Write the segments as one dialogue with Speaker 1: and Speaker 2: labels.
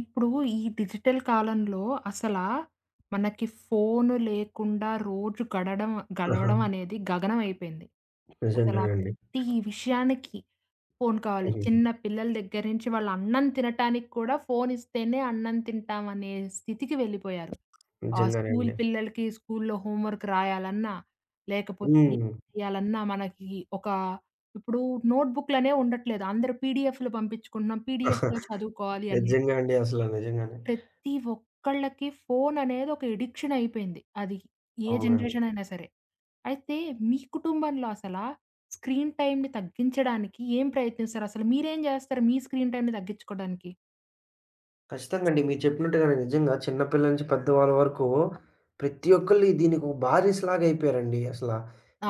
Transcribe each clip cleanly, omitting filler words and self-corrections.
Speaker 1: ఇప్పుడు ఈ డిజిటల్ కాలంలో అసలా మనకి ఫోను లేకుండా రోజు గడడం
Speaker 2: ఆహా!
Speaker 1: గడవడం అనేది గగనం అయిపోయింది. అసలా
Speaker 2: నిజంగానండి.
Speaker 1: ప్రతి విషయానికి ఫోను కావాలి.
Speaker 2: హుహుహు.
Speaker 1: చిన్న పిల్లల దగ్గర నుంచి వాళ్ళు అన్నం తినటానికి కూడా ఫోనిస్తేనే అన్నం తింటామనే స్థితికి వెళ్ళిపోయారు. ఆ
Speaker 2: నిజంగానే
Speaker 1: స్కూలు
Speaker 2: అండి.
Speaker 1: పిల్లలకి స్కూలులో హోంవర్క్ రాయాలన్నా, లేకపోతే ఏం
Speaker 2: హ్మ్.
Speaker 1: చేయాలన్నా మనకి ఒక ఇప్పుడు నోట్‌బుక్‌లనేవి ఉండట్లేదు. అందరూ పీడీఎఫ్‌లు పంపించుకుంటున్నాం. పీడీఎఫ్‌లో చదువుకోవాలి అన్నట్టు.
Speaker 2: నిజంగా అండి అసల నిజంగానే.
Speaker 1: ప్రతి ఒక్కళ్ళకి ఫోన్ అనేది ఒక ఎడిక్షన్ అయిపోయింది. అది ఏ
Speaker 2: అవునండి.
Speaker 1: జనరేషన్ అయినా సరే. అయితే మీ కుటుంబంలో అసలా స్క్రీన్ టైమ్‌ని తగ్గించడానికి ఏం ప్రయత్నిస్తారు? అసలు మీరేం జేస్తారు మీ స్క్రీన్ టైమ్‌ని తగ్గించుకోడానికి?
Speaker 2: ఖచ్చితంగా అండి. మీరు చెప్పినట్టుగానే నిజంగా చిన్న పిల్లల నుంచి పెద్దవాళ్ళ వరకు ప్రతి ఒక్కళ్ళు దీనికి ఒక బారిస్‌లాగా అయిపోయారండి అసల.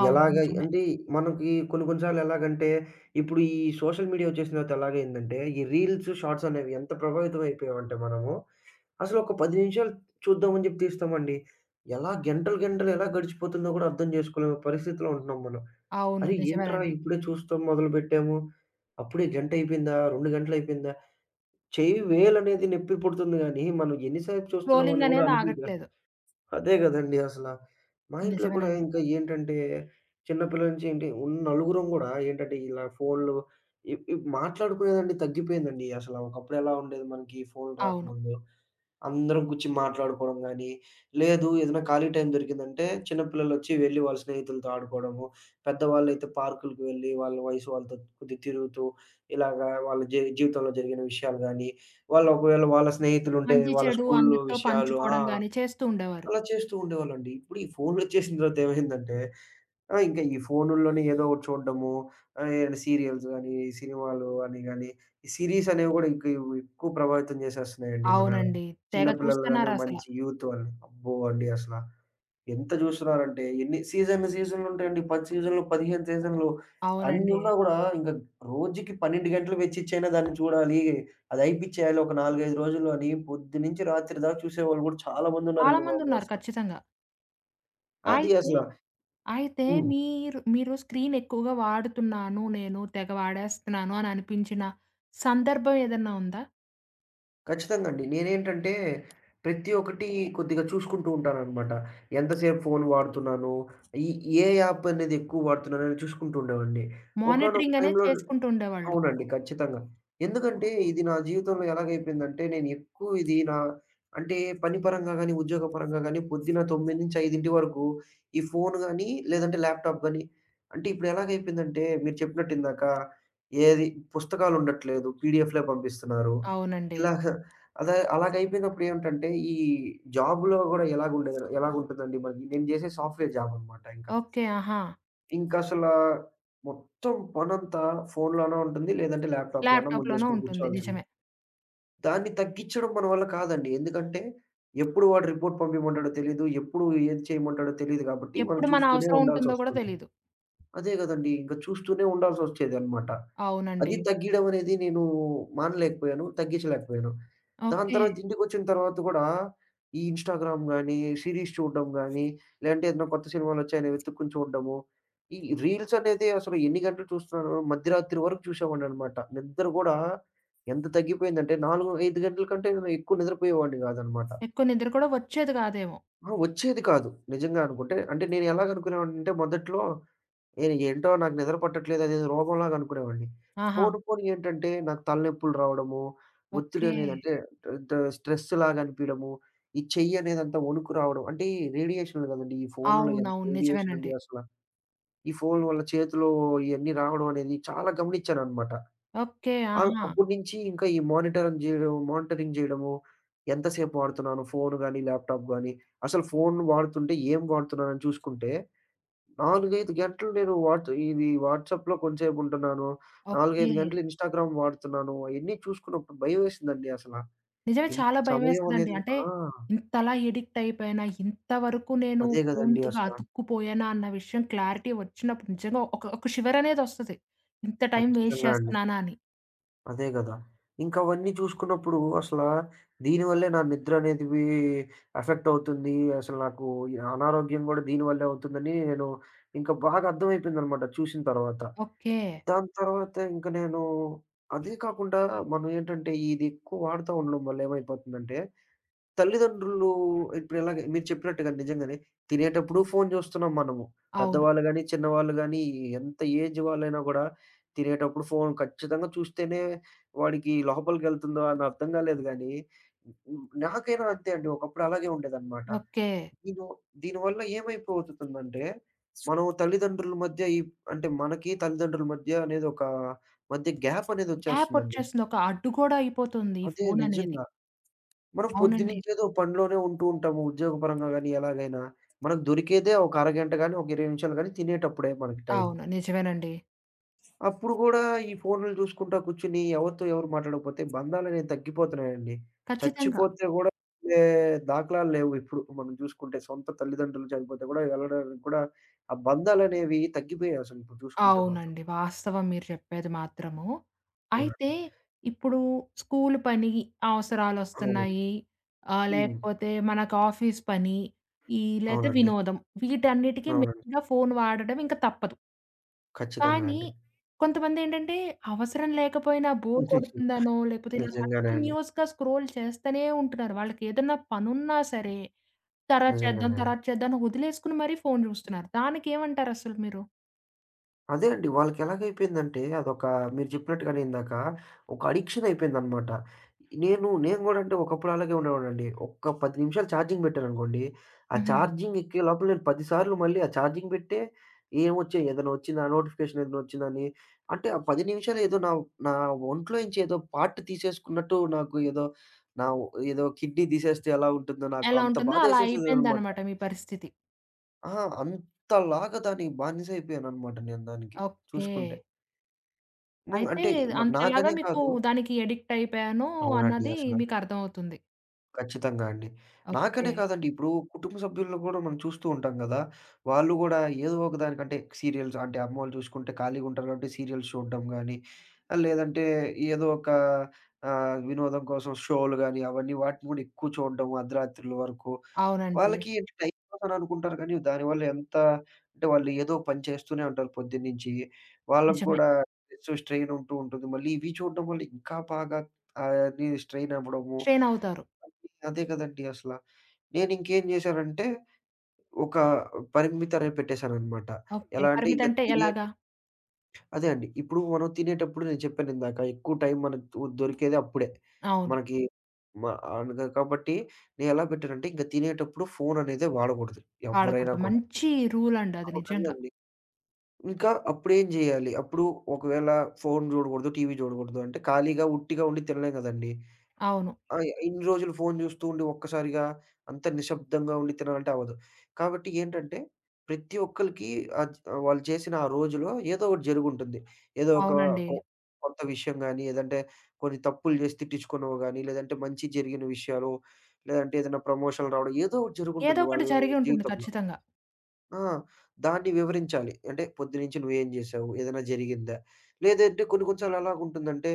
Speaker 1: అవును,
Speaker 2: ఎలాగ
Speaker 1: నిజమే.
Speaker 2: అంటే మనకి కొన్ని కొన్ని సార్లు ఎలాగంటే ఇప్పుడు ఈ సోషల్ మీడియా వచ్చేసిన తర్వాత ఎలాగైందంటే ఈ రీల్స్, షార్ట్స్ అనేవి ఎంత ప్రభావితం అయిపోయామంటే మనము అసలు ఒక 10 నిమిషాలు చూద్దామని చెప్పి తీస్తామండి. ఎలా గంటలు గంటలు ఎలా గడిచిపోతుందో కూడా అర్థం చేసుకోలేని పరిస్థితిలో ఉంటున్నాం మనం.
Speaker 1: అవును,
Speaker 2: అరే! ఏంట్రా
Speaker 1: నిజమేనండి.
Speaker 2: ఇప్పుడే చూస్తాం మొదలుపెట్టాము. అప్పుడే గంటయిపోయిందా? 2 గంటలయిపోయిందా? చెయ్యి వేలనేది నొప్పి పుడుతుంది గానీ, మనం ఎన్ని సేపు
Speaker 1: స్క్రోలింగ్
Speaker 2: చూస్తున్నామని గూడా
Speaker 1: అనేది
Speaker 2: అనిపియదుగా.
Speaker 1: ఆగట్లేదు.
Speaker 2: అదే గదండీ అసల. మా ఇంట్లో కూడా
Speaker 1: నిజమేనండి.
Speaker 2: ఇంకా ఏంటంటే, చిన్న పిల్లల నుంచి ఏంటి ఉన్న నలుగురం గూడా ఏంటంటే, ఇలా ఫోన్‌లు ఇ ఇ మాట్లాడుకునేదండి తగ్గిపోయిందండి. అసల ఒకప్పుడెలా ఉండేది మనకి ఫోన్‌లు
Speaker 1: అవును.
Speaker 2: రాకముందు. అందరం కూర్చి మాట్లాడుకోవడం గానీ, లేదు ఏదైనా ఖాళీ టైం దొరికిందంటే చిన్న పిల్లలొచ్చి వెళ్లి వాళ్ళ స్నేహితులతో ఆడుకోవడము. పెద్దవాళ్ళైతే పార్కులకి వెళ్లి వాళ్ళ వయసు వాళ్ళతో కొద్దిగా తిరుగుతూ ఇలాగా వాళ్ళ జీవితంలో జరిగిన విషయాలు గానీ, వాళ్ళు ఒకవేళ వాళ్ళ స్నేహితులుంటే
Speaker 1: మంచి
Speaker 2: వాళ్ళ
Speaker 1: చెడు
Speaker 2: స్కూలు
Speaker 1: అందరితో
Speaker 2: విషయాలు ఆ!
Speaker 1: పంచుకోవడం గాని చేస్తూ ఉండేవారు.
Speaker 2: అలా చేస్తూ ఉండేవాళ్ళండి. ఇప్పుడు ఈ ఫోన్లొచ్చేసిన తర్వాత ఏమైందంటే ఆ! ఇంకా ఈ ఫోనుల్లోనే ఏదో ఒకటి చూడడము, ఆహ్, ఏమైనా సీరియల్స్ గాని, సినిమాలు అని గాని, ఈ సిరీస్ అనేవి గూడా ఇంక ఇవి ఎక్కువ ప్రభావితం చేసేస్తున్నాయండి. మన
Speaker 1: అవునండి. తెగ
Speaker 2: చిన్న పిల్లలు గాని,
Speaker 1: చూస్తున్నారసల.
Speaker 2: మంచి యూత్ వాళ్ళని. అబ్బో! అండి అసల ఎంత జూస్తున్నారంటే ఎన్ని సీజన్లు సీజన్లు ఉంటాయండి. 10 సీజన్లు, 15 సీజన్లు
Speaker 1: అవునండి.
Speaker 2: అన్నున్నా గూడా ఇంక రోజుకి 12 గంటలు వెచ్చిచ్చైనా దాన్ని చూడాలి. అది అయిపిచ్చేయాలి ఒక 4, 5 రోజుల్లో అని పొద్దు నుంచి రాత్రి దాకా చూసేవాళ్ళు గూడా చాలా
Speaker 1: చాలా
Speaker 2: మందున్నారండి బాబు
Speaker 1: మందున్నారు
Speaker 2: అసల.
Speaker 1: ఖచ్చితంగా.
Speaker 2: అది
Speaker 1: అయితే,
Speaker 2: అసల
Speaker 1: అయితే
Speaker 2: హ్మ్.
Speaker 1: మీరు మీరు స్క్రీన్ ఎక్కువగా వాడుతున్నాను నేను, తెగ వాడేస్తున్నాను అని అనిపించిన సందర్భం ఏదన్నా ఉందా?
Speaker 2: ఖచ్చితంగా అండి. నేనేంటంటే, ప్రతి ఒక్కటి కొద్దిగా చూసుకుంటూ ఉంటాననమాట. ఎంతసేపు ఫోను వాడుతున్నాను, ఈ ఏ యాప్ అనేది ఎక్కువ వాడుతున్నానని చూసుకుంటూ ఉండేవాడిని. ఒకానొక
Speaker 1: మానిటరింగ్ అనేది
Speaker 2: టైంలో
Speaker 1: చేసుకుంటూ ఉండేవాళ్ళు.
Speaker 2: అవునండి. ఖచ్చితంగా. ఎందుకంటే ఇది నా జీవితంలో ఎలాగైపోయిందంటే నేను ఎక్కువ ఇది నా అంటే పని పరంగా గాని, ఉద్యోగ పరంగా గాని పొద్దున 9-5 వరకు ఈ ఫోను గాని, లేదంటే ల్యాప్‌టాప్ గాని అంటే ఇప్పుడు ఎలాగైపోయిందంటే మీరు చెప్పినట్టు ఇందాక ఏది పుస్తకాలు ఉండట్లేదు. పీడిఎఫ్‌లే పంపిస్తున్నారు.
Speaker 1: అవునండి.
Speaker 2: ఇలాగ అలా అలాగైపోయినప్పుడు ఏమిటంటే ఈ జాబ్‌లో గూడా ఎలాగుండేది ఎలాగుంటుందండి మరి నేను చేసే సాఫ్ట్‌వేర్ జాబ్ అన్నమాట ఇంకా.
Speaker 1: ఓకే, ఆహా!
Speaker 2: ఇంకసలా మొత్తం పనంతా ఫోన్‌లోనే ఉంటుంది. లేదంటే ల్యాప్‌టాప్‌లోనో
Speaker 1: ల్యాప్‌టాప్‌లోనే
Speaker 2: ముందేసుకొని
Speaker 1: ఉంటుంది,
Speaker 2: కూర్చోవాల్సిందే.
Speaker 1: నిజమే.
Speaker 2: దాన్ని తగ్గించడం మన వల్ల కాదండి. ఎందుకంటే ఎప్పుడు వాడు రిపోర్ట్ పంపియమంటాడో తెలీదు. ఎప్పుడు ఏది చేయమంటాడో తెలీదు కాబట్టి మనం
Speaker 1: ఎప్పుడు మన
Speaker 2: చూస్తూనే
Speaker 1: అవసరం ఉంటుందో కూడా
Speaker 2: ఉండాల్సొస్తుంది.
Speaker 1: తెలీదు.
Speaker 2: అదే గదండీ! ఇంక చూస్తూనే ఉండాల్సొచ్చేదనమాట.
Speaker 1: అవునండి.
Speaker 2: అది తగ్గీయడం అనేది నేను మానలేకపోయాను. తగ్గించలేకపోయాను. దాని
Speaker 1: ఓకే.
Speaker 2: తర్వాత ఇంటికొచ్చిన తర్వాత గూడా, ఈ ఇన్‌స్టాగ్రామ్ గానీ, సీరీస్ చూడడం గానీ, లేదంటే ఏదైనా కొత్త సినిమాలొచ్చాయని వెతుక్కొని చూడడము. ఈ రీల్స్ అనేది అసలు ఎన్ని గంటలు చూస్తున్నానో మధ్యరాత్రి వరకు చూసేవాడిననమాట. నిద్ర గూడా ఎంత తగ్గిపోయిందంటే 4, 5 గంటల కంటే నేను ఎక్కువ నిద్రపోయేవాడిని గాదనమాట.
Speaker 1: ఎక్కువ నిద్ర కూడా వచ్చేది కాదేమో.
Speaker 2: ఆ! వచ్చేది కాదు నిజంగా అనుకుంటే. అంటే నేను ఎలాగనుకునేవాడినంటే మొదట్లో నేను ఏంటో నాకు నిద్ర పట్టట్లేదు అదేదో రోగంలాగా అనుకునేవాడిని.
Speaker 1: ఆహా!
Speaker 2: పోను పోను ఏంటంటే నాకు తలనొప్పులు రావడము, ఒత్తిడి
Speaker 1: ఓకే.
Speaker 2: అనేది అంటే ద స్ట్రెస్ లాగా అనిపియడము, ఈ చెయ్యి అనేదంతా వణుకు రావడం. అంటే ఈ రేడియేషన్‌లు గదండీ! ఈ ఫోన్‌లో ఎంత
Speaker 1: అవునవును,
Speaker 2: రేడియేషన్ అండి
Speaker 1: నిజమేనండి.
Speaker 2: అసల. ఈ ఫోన్ వల్ల చేతిలో ఇయన్నీ రావడం అనేది చాలా గమనిచ్చాననమాట.
Speaker 1: ఓకే,
Speaker 2: ఆహ్,
Speaker 1: ఆహా!
Speaker 2: అప్పటి నుంచి ఇంకా ఈ మానిటరింగ్ జేయడం మానిటరింగ్ జేయడము, ఎంతసేపు వాడుతున్నాను ఫోను గాని, ల్యాప్‌టాప్ గాని, అసలు ఫోన్ వాడుతుంటే ఏం వాడుతున్నానని చూసుకుంటే 4, 5 గంటలు నేను వాట్స్ ఇది వాట్సాప్‌లో కొంచేపు ఉంటున్నాను. 4,
Speaker 1: ఓకే.
Speaker 2: 5 గంటలు ఇన్‌స్టాగ్రామ్ వాడుతున్నాను. అయన్నీ చూసుకున్నప్పుడు భయమేసిందండి అసల.
Speaker 1: నిజమే,
Speaker 2: ఇంత
Speaker 1: చాలా
Speaker 2: సమయం
Speaker 1: భయమేస్తదండి.
Speaker 2: అనేది
Speaker 1: అంటే
Speaker 2: ఆ!
Speaker 1: ఇంతలా ఎడిక్ట్ అయిపోయానా, ఇంతవరకు నేను
Speaker 2: అదే గదండీ
Speaker 1: ఫోన్‌తోగా
Speaker 2: అసల.
Speaker 1: అతుక్కుపోయానా అన్న విషయం క్లారిటీ వచ్చినప్పుడు నిజంగా ఒక ఒక షివరనేదొస్తది. ఇంత టైం వేస్ట్
Speaker 2: ఖచ్చితంగా అండి.
Speaker 1: చేస్తున్నానా అని.
Speaker 2: అదే గదా! ఇంకా అవన్నీ చూసుకున్నప్పుడు అసల దీనివల్లే నా నిద్ర అనేదివి ఎఫెక్ట్ అవుతుంది. అసలు నాకు ఈ అనారోగ్యం గూడా దీనివల్లే అవుతుందని నేను ఇంకా బాగా అర్థమైపోయిందనమాట చూసిన తర్వాత.
Speaker 1: ఓకే.
Speaker 2: దాని తర్వాత ఇంక నేను అదే కాకుండా మనం ఏంటంటే ఇది ఎక్కువ వాడుతా ఉండడం వల్ల ఏమైపోతుందంటే, తల్లిదండ్రులు ఇప్పుడు ఇలాగే మీరు చెప్పినట్టుగా నిజంగానే తినేటప్పుడు ఫోను చూస్తున్నాం మనము.
Speaker 1: అవును.
Speaker 2: పెద్దవాళ్ళు గాని, చిన్నవాళ్ళు గాని ఎంత ఏజ్ వాళ్ళైనా గూడా తినేటప్పుడు ఫోను ఖచ్చితంగా చూస్తేనే వాడికి లోపలికెళ్తుందో అని అర్థం కాలేదు గానీ, నాకైనా అంతే అండి. ఒకప్పుడు అలాగే ఉండేదనమాట.
Speaker 1: ఓకే.
Speaker 2: దీనివ దీనివల్ల ఏమైపోతుందంటే, మనం తల్లిదండ్రుల మధ్య ఈ అంటే మనకి తల్లిదండ్రుల మధ్య అనేది ఒక మధ్య గ్యాప్
Speaker 1: గ్యాప్
Speaker 2: అనేదొచ్చేస్తుందండి.
Speaker 1: వచ్చేస్తుంది. ఒక అడ్డుగోడ అయిపోతుంది ఈ
Speaker 2: అదే
Speaker 1: ఫోననేది.
Speaker 2: నిజంగా. మనం
Speaker 1: అవునండి.
Speaker 2: పొద్దునించేదో పనిలోనే ఉంటూ ఉంటాము ఉద్యోగపరంగా గాని ఎలాగైనా. మనకు దొరికేదే ఒక అరగంట గాని, ఒక 20 నిమిషాలు గాని తినేటప్పుడే మనకి టైం.
Speaker 1: అవును, నిజమేనండి.
Speaker 2: అప్పుడు గూడా ఈ ఫోనులు చూసుకుంటా కూర్చొని ఎవరితో ఎవరు మాట్లాడకపోతే బంధాలనేవి తగ్గిపోతున్నాయండి.
Speaker 1: ఖచ్చితంగా.
Speaker 2: చచ్చిపోతే గూడా వెళ్ళే దాఖలాలు లేవు ఇప్పుడు మనం చూసుకుంటే. సొంత తల్లిదండ్రులు చనిపోతే గూడా వెళ్ళడానికి కూడా ఆ బంధాలనేవి తగ్గిపోయాయి అసలు ఇప్పుడు చూసుకుంటే మాత్రం.
Speaker 1: అవునండి, వాస్తవం మీరు చెప్పేది మాత్రము. అయితే
Speaker 2: అవునండి.
Speaker 1: ఇప్పుడు స్కూలు పని
Speaker 2: అవునండి.
Speaker 1: అవసరాలొస్తున్నాయి.
Speaker 2: హ్మ్.
Speaker 1: లేకపోతే మనకు ఆఫీస్ పని, ఈ లేతే
Speaker 2: అవునండి.
Speaker 1: వినోదం, వీటన్నిటికి
Speaker 2: అవునండి.
Speaker 1: మెయిన్‌గా ఫోను వాడడం ఇంక తప్పదు.
Speaker 2: ఖచ్చితంగా
Speaker 1: కానీ
Speaker 2: అండి.
Speaker 1: కొంతమందేంటంటే అవసరం లేకపోయినా బోర్ కొడుతుందనో, లేకపోతే ఇలా
Speaker 2: నిజంగానే అండి.
Speaker 1: కంటిన్యూయస్‌గా స్క్రోల్ చేస్తూనే ఉంటున్నారు. వాళ్ళకేదన్నా పనున్నా సరే, తర్వాత చేద్దాం,
Speaker 2: నిజంగానే అండి.
Speaker 1: తర్వాత చేద్దాం అని వదిలేసుకొని మరీ ఫోను చూస్తున్నారు. దానికేమంటారసలు మీరు?
Speaker 2: అదే అండి. వాళ్ళకెలాగైపోయిందంటే అదొక మీరు చెప్పినట్టుగానే ఇందాక ఒక అడిక్షన్ అయిపోయిందనమాట. నేను నేను గూడా అంటే ఒకప్పుడు అలాగే ఉండేవాడినండి. ఒక్క 10 నిమిషాలు ఛార్జింగ్ పెట్టాననుకోండి, ఆ
Speaker 1: హుహు.
Speaker 2: ఛార్జింగ్ ఎక్కే లోపల నేను 10 సార్లు మళ్ళీ ఆ ఛార్జింగ్ పెట్టే ఏమొచ్చాయి ఏదైనా వచ్చిందా? నోటిఫికేషన్ ఏదైనా వచ్చిందని అంటే ఆ 10 నిమిషాలు ఏదో నా నా ఒంట్లో నుంచి ఏదో పార్ట్ తీసేసుకున్నట్టు నాకు ఏదో నా ఏదో కిడ్నీ తీసేస్తే ఎలా ఉంటుందో నాకు
Speaker 1: ఎలా
Speaker 2: అంత
Speaker 1: ఉంటుందో అలా
Speaker 2: బాధేసేసేదనమాట.
Speaker 1: అయిపోయిందనమాట మీ పరిస్థితి.
Speaker 2: ఆ! అంతలాగా దానికి బానిస అయిపోయాననమాట నేను దానికి
Speaker 1: ఓకే.
Speaker 2: చూసుకుంటే. ము
Speaker 1: అయితే
Speaker 2: అంటే మ
Speaker 1: అంతలాగా
Speaker 2: నాకనే
Speaker 1: మీకు
Speaker 2: కాదు
Speaker 1: దానికి అడిక్ట్ అయిపోయాను
Speaker 2: అవునండి
Speaker 1: అన్నది
Speaker 2: అసల.
Speaker 1: మీకర్థమవుతుంది.
Speaker 2: ఖచ్చితంగా అండి.
Speaker 1: ఓకే.
Speaker 2: నాకనే కాదండి. ఇప్పుడు కుటుంబ సభ్యులను గూడా మనం చూస్తూ ఉంటాం గదా! వాళ్ళు గూడా ఏదో ఒక దానికంటే సీరియల్స్ అంటే అమ్మోళ్ళు చూసుకుంటే ఖాళీగుంటారు కాబట్టి సీరియల్స్ చూడడం గానీ, ఆహ్, లేదంటే ఏదో ఒక ఆహ్, వినోదం కోసం షోలు గానీ, అవన్నీ వాటిని గూడా ఎక్కువ చూడడం అర్ధరాత్రుల వరకు.
Speaker 1: అవునండి,
Speaker 2: వాళ్ళకి అంటే టైం పాస్ అని అనుకుంటారు కానీ, దానివల్ల ఎంత అంటే వాళ్ళు ఏదో పని చేస్తూనే ఉంటారు పొద్దున్నుంచి. వాళ్ళకి
Speaker 1: నిజమే.
Speaker 2: గూడా స్ట్రెస్, స్ట్రెయిన్ ఉంటూ ఉంటుంది. మళ్ళీ ఇవి చూడడం వల్ల ఇంకా బాగా ఆహ్, అది స్ట్రెయిన్ అవ్వడము.
Speaker 1: స్ట్రెయిన్ అవుతారు.
Speaker 2: అదే కదండీ అసల. నేనింకేం జేశానంటే, ఒక పరిమితి అనేది పెట్టేశాననమాట.
Speaker 1: ఓకే.
Speaker 2: ఎలా అంటే ఇంక
Speaker 1: పరిమితంటే
Speaker 2: తినే
Speaker 1: ఎలాగా?
Speaker 2: అదే అండి. ఇప్పుడు మనం తినేటప్పుడు నేను చెప్పానిందాక ఎక్కువ టైం మనకు దొరికేది అప్పుడే.
Speaker 1: అవును.
Speaker 2: మనకి మ అనగా కాబట్టి నేనెలా పెట్టానంటే ఇంక తినేటప్పుడు ఫోననేదే వాడకూడదు ఎవ్వరైనా
Speaker 1: వాడకూడదు.
Speaker 2: కూడా.
Speaker 1: మంచి రూల్ అండి అది
Speaker 2: అవును.
Speaker 1: నిజంగా.
Speaker 2: కదండీ! ఇంకా అప్పుడేం జేయాలి? అప్పుడు ఒకవేళ ఫోను జూడగూడదు, టీవీ జూడగూడదు అంటే ఖాళీగా ఉట్టిగా ఉండి తినలేం గదండీ!
Speaker 1: అవును.
Speaker 2: ఆ! ఇన్ని రోజులు ఫోను జూస్తూ ఉండి ఒక్కసారిగా అంత నిశ్శబ్దంగా ఉండి తినాలంటే అవ్వదు. కాబట్టి ఏంటంటే ప్రతి ఒక్కళ్ళకి ఆద్ వాళ్ళు చేసిన ఆ రోజులో ఏదో ఒకటి జరుగుంటుంది. ఏదో ఒక
Speaker 1: అవునండి.
Speaker 2: కొ కొత్త విషయం గాని, ఏదంటే కొన్ని తప్పులు జేసి తిట్టించుకున్నవి గాని, లేదంటే మంచి జరిగిన విషయాలు, లేదంటే ఏదైనా ప్రమోషన్‌లు రావడం ఏదో ఒకటి
Speaker 1: ఏదో
Speaker 2: జరుగుంటుంది
Speaker 1: ఒకటి
Speaker 2: వాళ్ళ
Speaker 1: జరిగి ఉంటుంది
Speaker 2: జీవితంలో.
Speaker 1: ఖచ్చితంగా.
Speaker 2: ఆ! దాన్ని వివరించాలి. అంటే పొద్దునుంచి నువ్వేం జేశావు? ఏదైనా జరిగిందా? లేదంటే కొన్ని కొన్ని సార్లు ఎలాగుంటుందంటే,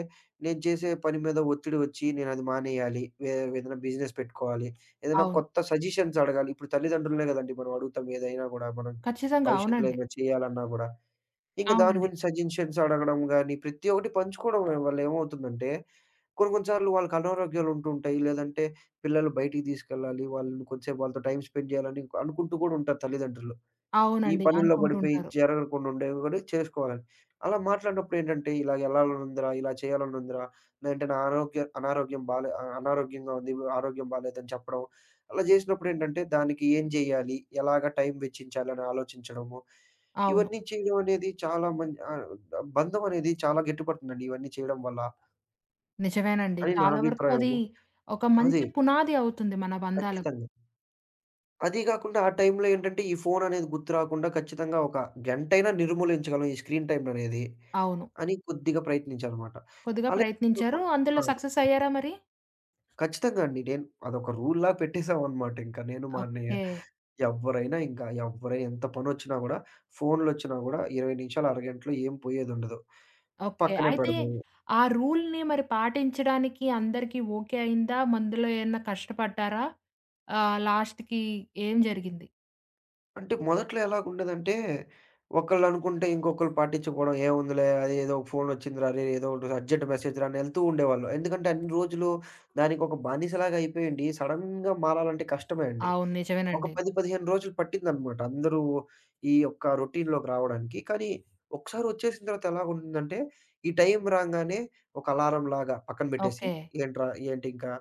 Speaker 2: నేను చేసే పని మీద ఒత్తిడి వచ్చి నేనది మానేయాలి. వే ఏదైనా బిజినెస్ పెట్టుకోవాలి. ఏదైనా
Speaker 1: అవును,
Speaker 2: కొత్త సజెషన్స్ అడగాలి. ఇప్పుడు తల్లిదండ్రులనే గదండీ మనం అడుగుతాం ఏదైనా గూడా మనం
Speaker 1: ఖచ్చితంగా,
Speaker 2: భవిష్యత్తులో
Speaker 1: అవునండి.
Speaker 2: ఏమైనా చేయాలన్నా గూడా. ఇంక దాని
Speaker 1: అవునండి.
Speaker 2: గురించి సజెషన్స్ అడగడం గానీ, ప్రతి ఒక్కటి పంచుకోవడం వల్ల ఏమవుతుందంటే, కొన్ని కొన్ని సార్లు వాళ్ళకి అనారోగ్యాలు ఉంటుంటాయి. లేదంటే పిల్లలు బయటికి తీసుకెళ్ళాలి. వాళ్ళని కొంసేపు వాళ్ళతో టైమ్ స్పెండ్ జేయాలని అనుకుంటూ గూడా ఉంటారు తల్లిదండ్రులు. ఈ
Speaker 1: అవునండి,
Speaker 2: పనుల్లో
Speaker 1: అనుకుంటూ
Speaker 2: పడిపోయి
Speaker 1: ఉంటారు.
Speaker 2: జరగకుండా ఉండేవి కూడా చేసుకోవాలి. అలా మాట్లాడినప్పుడు ఏంటంటే ఇలా ఎళ్ళాలనుందిరా, ఇలా చేయాలనుందిరా, లేదంటే నా ఆరోగ్య అనారోగ్యం బాలే అ అనారోగ్యంగా ఉంది, ఆరోగ్యం బాలేదని చెప్పడం. అలా చేసినప్పుడు ఏంటంటే దానికి ఏం జేయాలి? ఎలాగా టైం వెచ్చించాలని ఆలోచించడము.
Speaker 1: అవును,
Speaker 2: ఇవన్నీ చేయడం అనేది చాలా మంచి ఆహ్, బంధం అనేది చాలా గట్టిపడుతుందండి ఇవన్నీ చేయడం వల్ల
Speaker 1: నిజమేనండి.
Speaker 2: అని నా
Speaker 1: చాలా వరకు అది
Speaker 2: అభిప్రాయము.
Speaker 1: ఒక మంచి
Speaker 2: అదే
Speaker 1: పునాది అవుతుంది మన బంధాలకు.
Speaker 2: ఖచ్చితంగా. అదీ గాకుండా ఆ టైంలో ఏంటంటే, ఈ ఫోననేది గుర్తు రాకుండా ఖచ్చితంగా ఒక గంటైనా నిర్మూలించగలం ఈ స్క్రీన్ టైమ్‌ననేది
Speaker 1: అవును.
Speaker 2: అని కొద్దిగా ప్రయత్నించానమాట.
Speaker 1: కొద్దిగా
Speaker 2: అలా
Speaker 1: ప్రయత్నించారు.
Speaker 2: ఆ!
Speaker 1: అందులో సక్సెస్
Speaker 2: అవునండి.
Speaker 1: అయ్యారా మరి?
Speaker 2: ఖచ్చితంగా అండి. నేను అదొక రూల్‌లా పెట్టేసామనమాట ఇంకా నేను, మా అన్నయ్య.
Speaker 1: ఓకే.
Speaker 2: ఎవ్వరైనా ఇంకా ఎంత పనొచ్చినా గూడా, ఫోన్‌లొచ్చినా గూడా 20 నిమిషాలు, అరగంటలో ఏం పోయేదుండదు.
Speaker 1: ఓకే.
Speaker 2: పక్కనే
Speaker 1: అయితే
Speaker 2: పెడదాం.
Speaker 1: ఆ రూల్‌ని మరి పాటించడానికి అందరికీ ఓకే అయిందా? మందులో ఏమన్నా కష్టపడ్డారా? లాస్ట్‌కి ఏం జరిగింది?
Speaker 2: అంటే మొదట్లో ఎలాగుండేదంటే, ఒకళ్ళనుకుంటే ఇంకొకళ్ళు పట్టించుకోవడం, "ఏముందిలే అది ఏదో ఒక ఫోనొచ్చిందిరా! అరే! ఏదో ఒకటి అర్జెంట్ మెసేజ్ రా" అని ఎళ్తూ ఉండేవాళ్ళు. ఎందుకంటే అన్ని రోజులు దానికొక బానిసలాగా అయిపోయుండి, సడెన్‌గా మారాలంటే కష్టమే అండి.
Speaker 1: అవును,
Speaker 2: ఒక
Speaker 1: నిజమేనండి.
Speaker 2: 10, 15 రోజులు పట్టిందనమాట అందరూ ఈ యొక్క రొటీన్‌లోకి రావడానికి. కానీ ఒకసారి వచ్చేసిన తర్వాత ఎలాగుంటుందంటే, ఈ టైం రాంగానే ఒక అలారంలాగా పక్కన పెట్టేసి,
Speaker 1: ఓకే.
Speaker 2: "ఏంట్రా? ఏంటి ఇంకా?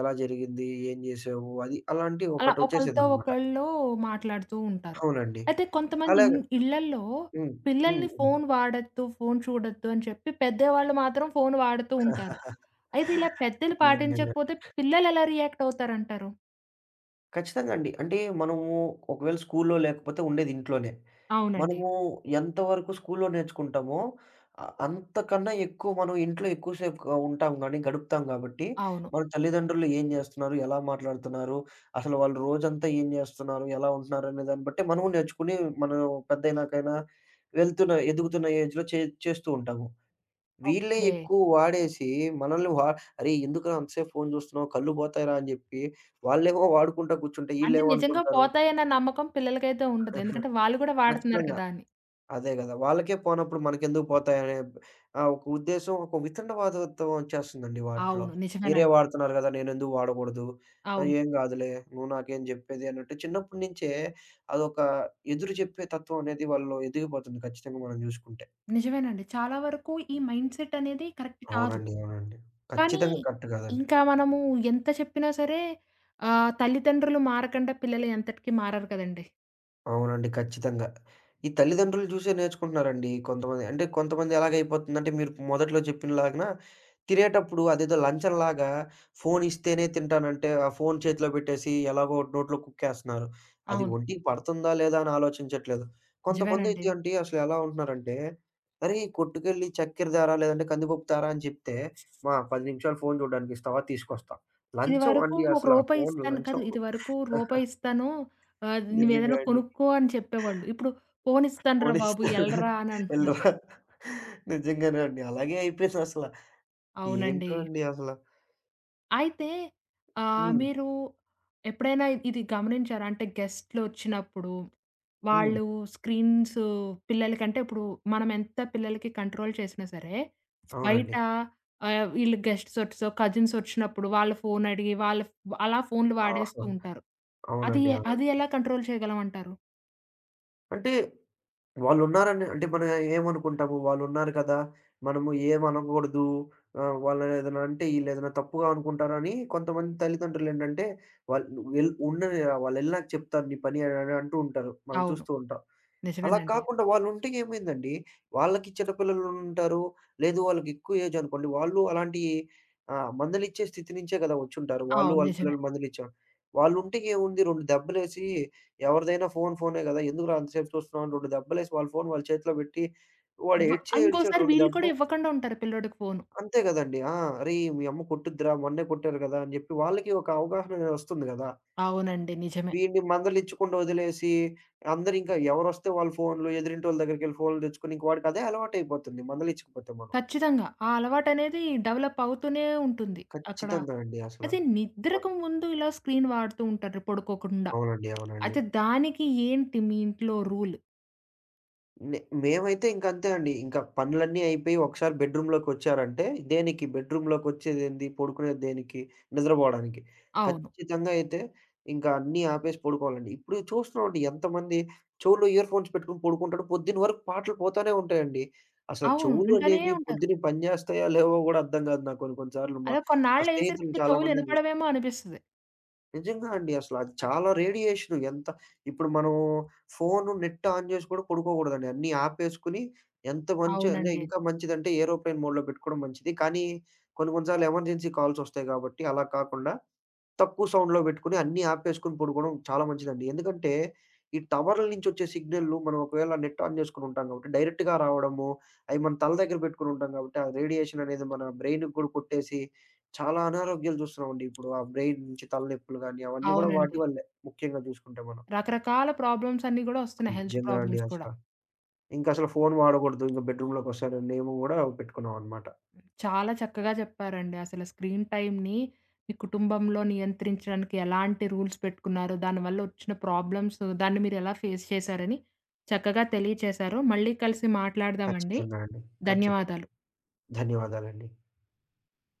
Speaker 2: ఎలా జరిగింది? ఏం జేశావు?" అది అలాంటి
Speaker 1: అలా ఒకళ్ళతో
Speaker 2: ఒకటొచ్చేసేదనమాట.
Speaker 1: ఒకళ్ళు మాట్లాడుతూ ఉంటారు.
Speaker 2: అవునండి.
Speaker 1: అయితే కొంతమంది
Speaker 2: అలా
Speaker 1: ఇళ్ళల్లో
Speaker 2: హ్మ్. హ్మ్.
Speaker 1: పిల్లల్ని
Speaker 2: హ్మ్.
Speaker 1: ఫోను వాడొద్దు, ఫోను చూడొద్దు అని చెప్పి పెద్దవాళ్ళు మాత్రం ఫోను వాడుతూ ఉంటారు. అయితే ఇలా పెద్దలు
Speaker 2: నిజంగానే.
Speaker 1: పాటించకపోతే పిల్లలెలా రియాక్ట్ అవుతారంటారు?
Speaker 2: ఖచ్చితంగా అండి. అంటే మనము ఒకవేళ స్కూల్లో లేకపోతే ఉండేది ఇంట్లోనే.
Speaker 1: అవునండి.
Speaker 2: మనము ఎంతవరకు స్కూల్లో నేర్చుకుంటామో అంతకన్నా ఎక్కువ మనం ఇంట్లో ఎక్కువ సేపు గా ఉంటాం గానీ, గడుపుతాం గాబట్టి,
Speaker 1: అవును.
Speaker 2: మన తల్లిదండ్రులు ఏం జేస్తున్నారు? ఎలా మాట్లాడుతున్నారు? అసలు వాళ్ళు రోజంతా ఏం జేస్తున్నారు? ఎలా ఉంటున్నారు? అనే దాన్ని బట్టి మనము నేర్చుకుని, మనం పెద్దయినాకైనా వెళ్తున్న ఎదుగుతున్న ఏజ్‌లో చేస్తూ ఉంటాము. వీళ్ళే
Speaker 1: ఓకే.
Speaker 2: ఎక్కువ వాడేసి మనల్ని వా "అరే! ఎందుకురా అంతసేపు ఫోను చూస్తున్నావు? కళ్ళు పోతాయిరా" అని చెప్పి వాళ్ళేమో వాడుకుంటా కూర్చుంటే
Speaker 1: అంటే
Speaker 2: ఈళ్ళేమో
Speaker 1: నిజంగా
Speaker 2: అనుకుంటారు
Speaker 1: పోతాయన్న నమ్మకం పిల్లలకైతే ఉండదు, ఎందుకంటే వాళ్ళు కూడా వాడుతున్నారు
Speaker 2: ఖచ్చితంగా.
Speaker 1: కదా అని.
Speaker 2: అదే గదా! వాళ్ళకే పోనప్పుడు మనకెందుకు పోతాయనే ఆ ఒక ఉద్దేశం, ఒక వితండవాదత్వం వచ్చేస్తుందండి వాటిలో.
Speaker 1: అవును,
Speaker 2: మీరే
Speaker 1: నిజమేనండి.
Speaker 2: వాడుతున్నారు గదా! నేనెందుకు వాడకూడదు? ఆ!
Speaker 1: అవును,
Speaker 2: ఏం గాదులే. నువ్వు నాకేం జెప్పేది అన్నట్టు చిన్నప్పటి నుంచే అదొక ఎదురు చెప్పే తత్వం అనేది వాళ్ళలో ఎదిగిపోతుంది ఖచ్చితంగా మనం జూసుకుంటే.
Speaker 1: నిజమేనండి, చాలా వరకు ఈ మైండ్‌సెట్ అనేది కరెక్ట్ కాదు.
Speaker 2: అవునండి. అవునండి.
Speaker 1: కానీ
Speaker 2: ఖచ్చితంగా కరెక్ట్ కాదండి.
Speaker 1: ఇంకా మనము ఎంత చెప్పినా సరే తల్లిదండ్రులు మారకండా పిల్లలు ఎంతటికి మారరు కదండీ!
Speaker 2: అవునండి. ఖచ్చితంగా. ఈ తల్లిదండ్రులు జూసే నేర్చుకుంటున్నారండి కొంతమంది. అంటే కొంతమంది ఎలాగైపోతుందంటే మీరు మొదట్లో చెప్పినలాగన తినేటప్పుడు అదేదో లంచంలాగా ఫోను ఇస్తేనే తింటానంటే, ఆ ఫోను చేతిలో పెట్టేసి ఎలాగో నోట్లో కుక్కేస్తున్నారు. అది
Speaker 1: అవును,
Speaker 2: ఒంటికి పడుతుందా లేదా అని ఆలోచించట్లేదు.
Speaker 1: నిజమేనండి.
Speaker 2: కొంతమందైతే అండి అసలు ఎలా ఉంటున్నారంటే, "అరేయ్! కొట్టుకెళ్ళి చక్కెర తేరా లేదంటే కందిపప్పు తేరా" అని చెప్తే, "మా 10 నిమిషాలు ఫోను చూడడానికిస్తావా? తీసుకొస్తా." లంచం
Speaker 1: ఇదివరకు
Speaker 2: అండి
Speaker 1: ఒక
Speaker 2: అసలు ఆ
Speaker 1: రూపాయి
Speaker 2: ఫోను
Speaker 1: ఇస్తాను కాదు,
Speaker 2: లంచం.
Speaker 1: ఇదివరకు రూపాయి ఇస్తాను.
Speaker 2: నిజంగా
Speaker 1: నువ్వేదైనా
Speaker 2: అండి.
Speaker 1: కొనుక్కో అని చెప్పేవాళ్ళు. ఇప్పుడు పోనిస్తానురా బాబు
Speaker 2: పోనిస్తారు.
Speaker 1: ఎళ్ళరా అని అంటున్నారు.
Speaker 2: ఎళ్ళరా. నిజంగానే అండి. అలాగే అయిపోయిందసల.
Speaker 1: అవునండి.
Speaker 2: ఏంటో అండి అసల.
Speaker 1: అయితే
Speaker 2: హ్మ్.
Speaker 1: మీరు ఎప్పుడైనా ఇది గమనించారా? అంటే గెస్ట్‌లొచ్చినప్పుడు
Speaker 2: హ్మ్.
Speaker 1: వాళ్ళు స్క్రీన్స్ పిల్లలకంటే ఇప్పుడు మనం ఎంత పిల్లలకి కంట్రోల్ చేసినా సరే, బయట
Speaker 2: అవునండి.
Speaker 1: వీళ్ళు గెస్ట్సొచ్చో, కజిన్సొచ్చినప్పుడు వాళ్ళ ఫోన్ అడిగి వాళ్ళ అలా ఫోన్‌లు వాడేస్తూ
Speaker 2: ఆహా!
Speaker 1: ఉంటారు. అది
Speaker 2: అవునండి.
Speaker 1: అది
Speaker 2: అవునండి.
Speaker 1: ఎలా కంట్రోల్ చేయగలమంటారు?
Speaker 2: అంటే వాళ్ళున్నారని అంటే మనం ఏమనుకుంటాము, వాళ్ళున్నారు కదా! మనము ఏమనకూడదు. ఆహ్, వాళ్ళని ఏదైనా అంటే ఈళ్ళేదైనా తప్పుగా అనుకుంటారని కొంతమంది తల్లిదండ్రులేంటంటే, వాళ్ళు ఉండని వాళ్ళెళ్ళినాక చెప్తాను నీ పని అని అంటూ ఉంటారు. మనం
Speaker 1: అవును,
Speaker 2: చూస్తూ ఉంటాం. అలా
Speaker 1: నిజమేనండి.
Speaker 2: కాకుండా వాళ్ళుంటే ఏమైందండి, వాళ్ళకి చిన్నపిల్లలుంటారు. లేదు వాళ్ళకి ఎక్కువ ఏజ్ అనుకోండి. వాళ్ళు అలాంటి ఆహ్, మందులిచ్చే స్థితి నుంచే కదా వచ్చుంటారు. వాళ్ళు
Speaker 1: అవును,
Speaker 2: వాళ్ళ
Speaker 1: నిజమే.
Speaker 2: పిల్లలు మందులిచ్చాం. వాళ్ళుంటే ఏముంది 2 దెబ్బలేసి ఎవరిదైనా ఫోను ఫోనే గదా! ఎందుకురా అంతసేపు చూస్తున్నావు అని 2 దెబ్బలేసి వాళ్ళ ఫోను వాళ్ళ చేతిలో పెట్టి వాడు
Speaker 1: ఇవ్వ
Speaker 2: ఏడిచాడు
Speaker 1: ఇంకోసారి
Speaker 2: 2
Speaker 1: వీళ్ళు కూడా
Speaker 2: దెబ్బలు.
Speaker 1: ఇవ్వకుండా ఉంటారు పిల్లోడికి ఫోను.
Speaker 2: అంతే గదండీ. ఆ! అరేయ్! మీ అమ్మ కొట్టుద్దిరా మొన్నే కొట్టారు గదా! అని జెప్పి వాళ్ళకి ఒక అవగాహన అనేది వస్తుంది గదా!
Speaker 1: అవునండి, నిజమే.
Speaker 2: వీడిని మందలించకుండా వదిలేసి, అందరింకా ఎవరొస్తే వాళ్ళ ఫోన్‌లు, ఎదురింటోళ్ళ దగ్గరికెళ్ళి ఫోన్‌లు తెచ్చుకొని, ఇంక వాడికదే అలవాటయిపోతుంది మందలించకపోతే మనం.
Speaker 1: ఖచ్చితంగా, ఆ అలవాటనేది డెవలప్ అవుతూనే ఉంటుంది అక్కడ.
Speaker 2: ఖచ్చితంగా అండి అసల.
Speaker 1: అయితే
Speaker 2: అ
Speaker 1: నిద్రకు ముందు ఇలా స్క్రీన్ వాడుతూ ఉంటారు పడుకోకుండా.
Speaker 2: అవునండి. అవునండి.
Speaker 1: అయితే దానికి ఏంటి మీ ఇంట్లో రూల్?
Speaker 2: నే మేమైతే ఇంకంతే అండి. ఇంకా పనులన్నీ అయిపోయి ఒకసారి బెడ్‌రూమ్‌లోకొచ్చారంటే దేనికి బెడ్‌రూమ్‌లోకొచ్చేదేంది? పడుకునేది దేనికి? నిద్రపోవడానికి.
Speaker 1: అవును.
Speaker 2: ఖచ్చితంగా అయితే ఇంకా అన్నీ ఆపేసి పడుకోవాలండి. ఇప్పుడు చూస్తున్నామండి ఎంతమంది చెవులో ఇయర్ ఫోన్స్ పెట్టుకొని పడుకుంటారు. పొద్దున వరకు పాటలు పోతానే ఉంటాయండి. అసల
Speaker 1: అవును,
Speaker 2: చెవులు
Speaker 1: వింటనే
Speaker 2: అనేవి
Speaker 1: ఉంటారు.
Speaker 2: పొద్దున పనిచేస్తాయో లేవో గూడా అర్థం గాదు నాకు కొన్ని కొన్ని సార్లు. మా
Speaker 1: అదే
Speaker 2: మా
Speaker 1: కొన్నాళ్ళయ్యేసరికి
Speaker 2: స్నేహితులను
Speaker 1: ఇంక
Speaker 2: చాలా
Speaker 1: చెవులు
Speaker 2: మందిని చూసాను.
Speaker 1: ఇనపడవేమో అనిపిస్తది.
Speaker 2: నిజంగా అండి. అసల అది చాలా రేడియేషను. ఎంత ఇప్పుడు మనం ఫోను, నెట్ ఆన్ జేసి కూడా పడుకోకూడదండి. అన్నీ ఆపేసుకొని ఎంత మంచి అంటే
Speaker 1: అవునండి,
Speaker 2: ఇంకా మంచిదంటే ఏరోప్లేన్ మోడ్‌లో పెట్టుకోవడం మంచిది. కానీ కొన్ని కొన్ని సార్లు ఎమర్జెన్సీ కాల్సొస్తాయి గాబట్టి అలా కాకుండా తక్కువ సౌండ్‌లో పెట్టుకొని అన్నీ ఆపేసుకొని పడుకోవడం చాలా మంచిదండి. ఎందుకంటే, ఈ టవర్ల నుంచొచ్చే సిగ్నల్‌లు మనం ఒకవేళ నెట్ ఆన్ చేసుకొని ఉంటాం కాబట్టి, డైరెక్ట్‌గా రావడము, అయి మన తల దగ్గర పెట్టుకొని ఉంటాం కాబట్టి, ఆ రేడియేషన్ అనేది మన బ్రెయిన్‌కి కూడా కొట్టేసి, చాలా అనారోగ్యాలు చూస్తున్నామండి ఇప్పుడు. ఆ బ్రెయిన్ నుంచి తలనొప్పులు గాని, అవన్నీ కూడా వాటి
Speaker 1: అవునండి,
Speaker 2: వల్లే ముఖ్యంగా చూసుకుంటే మనం.
Speaker 1: రకరకాల ప్రాబ్లమ్స్ అన్నీ గూడా ఒస్తున్నాయి, హెల్త్
Speaker 2: నిజంగా అండి
Speaker 1: ప్రాబ్లమ్స్
Speaker 2: అసల.
Speaker 1: కూడా.
Speaker 2: ఇంకసలు ఫోను వాడకూడదు. ఇంక బెడ్‌రూమ్‌లోకొస్తే అనే నియమం కూడా పెట్టుకున్నామనమాట.
Speaker 1: చాలా చక్కగా చెప్పారండి. అసలు స్క్రీన్ టైమ్‌ని మీ కుటుంబంలో నియంత్రించడానికి ఎలాంటి రూల్స్ పెట్టుకున్నారు, దానివల్ల వచ్చిన ప్రాబ్లమ్స్ దాన్ని మీరు ఎలా ఫేస్ చేశారని చక్కగా తెలియచేశారు. మళ్ళీ కలిసి మాట్లాడదామండి.
Speaker 2: ఖచ్చితంగా అండి. ఖచ్చితంగా.
Speaker 1: ధన్యవాదాలు.
Speaker 2: ధన్యవాదాలండి.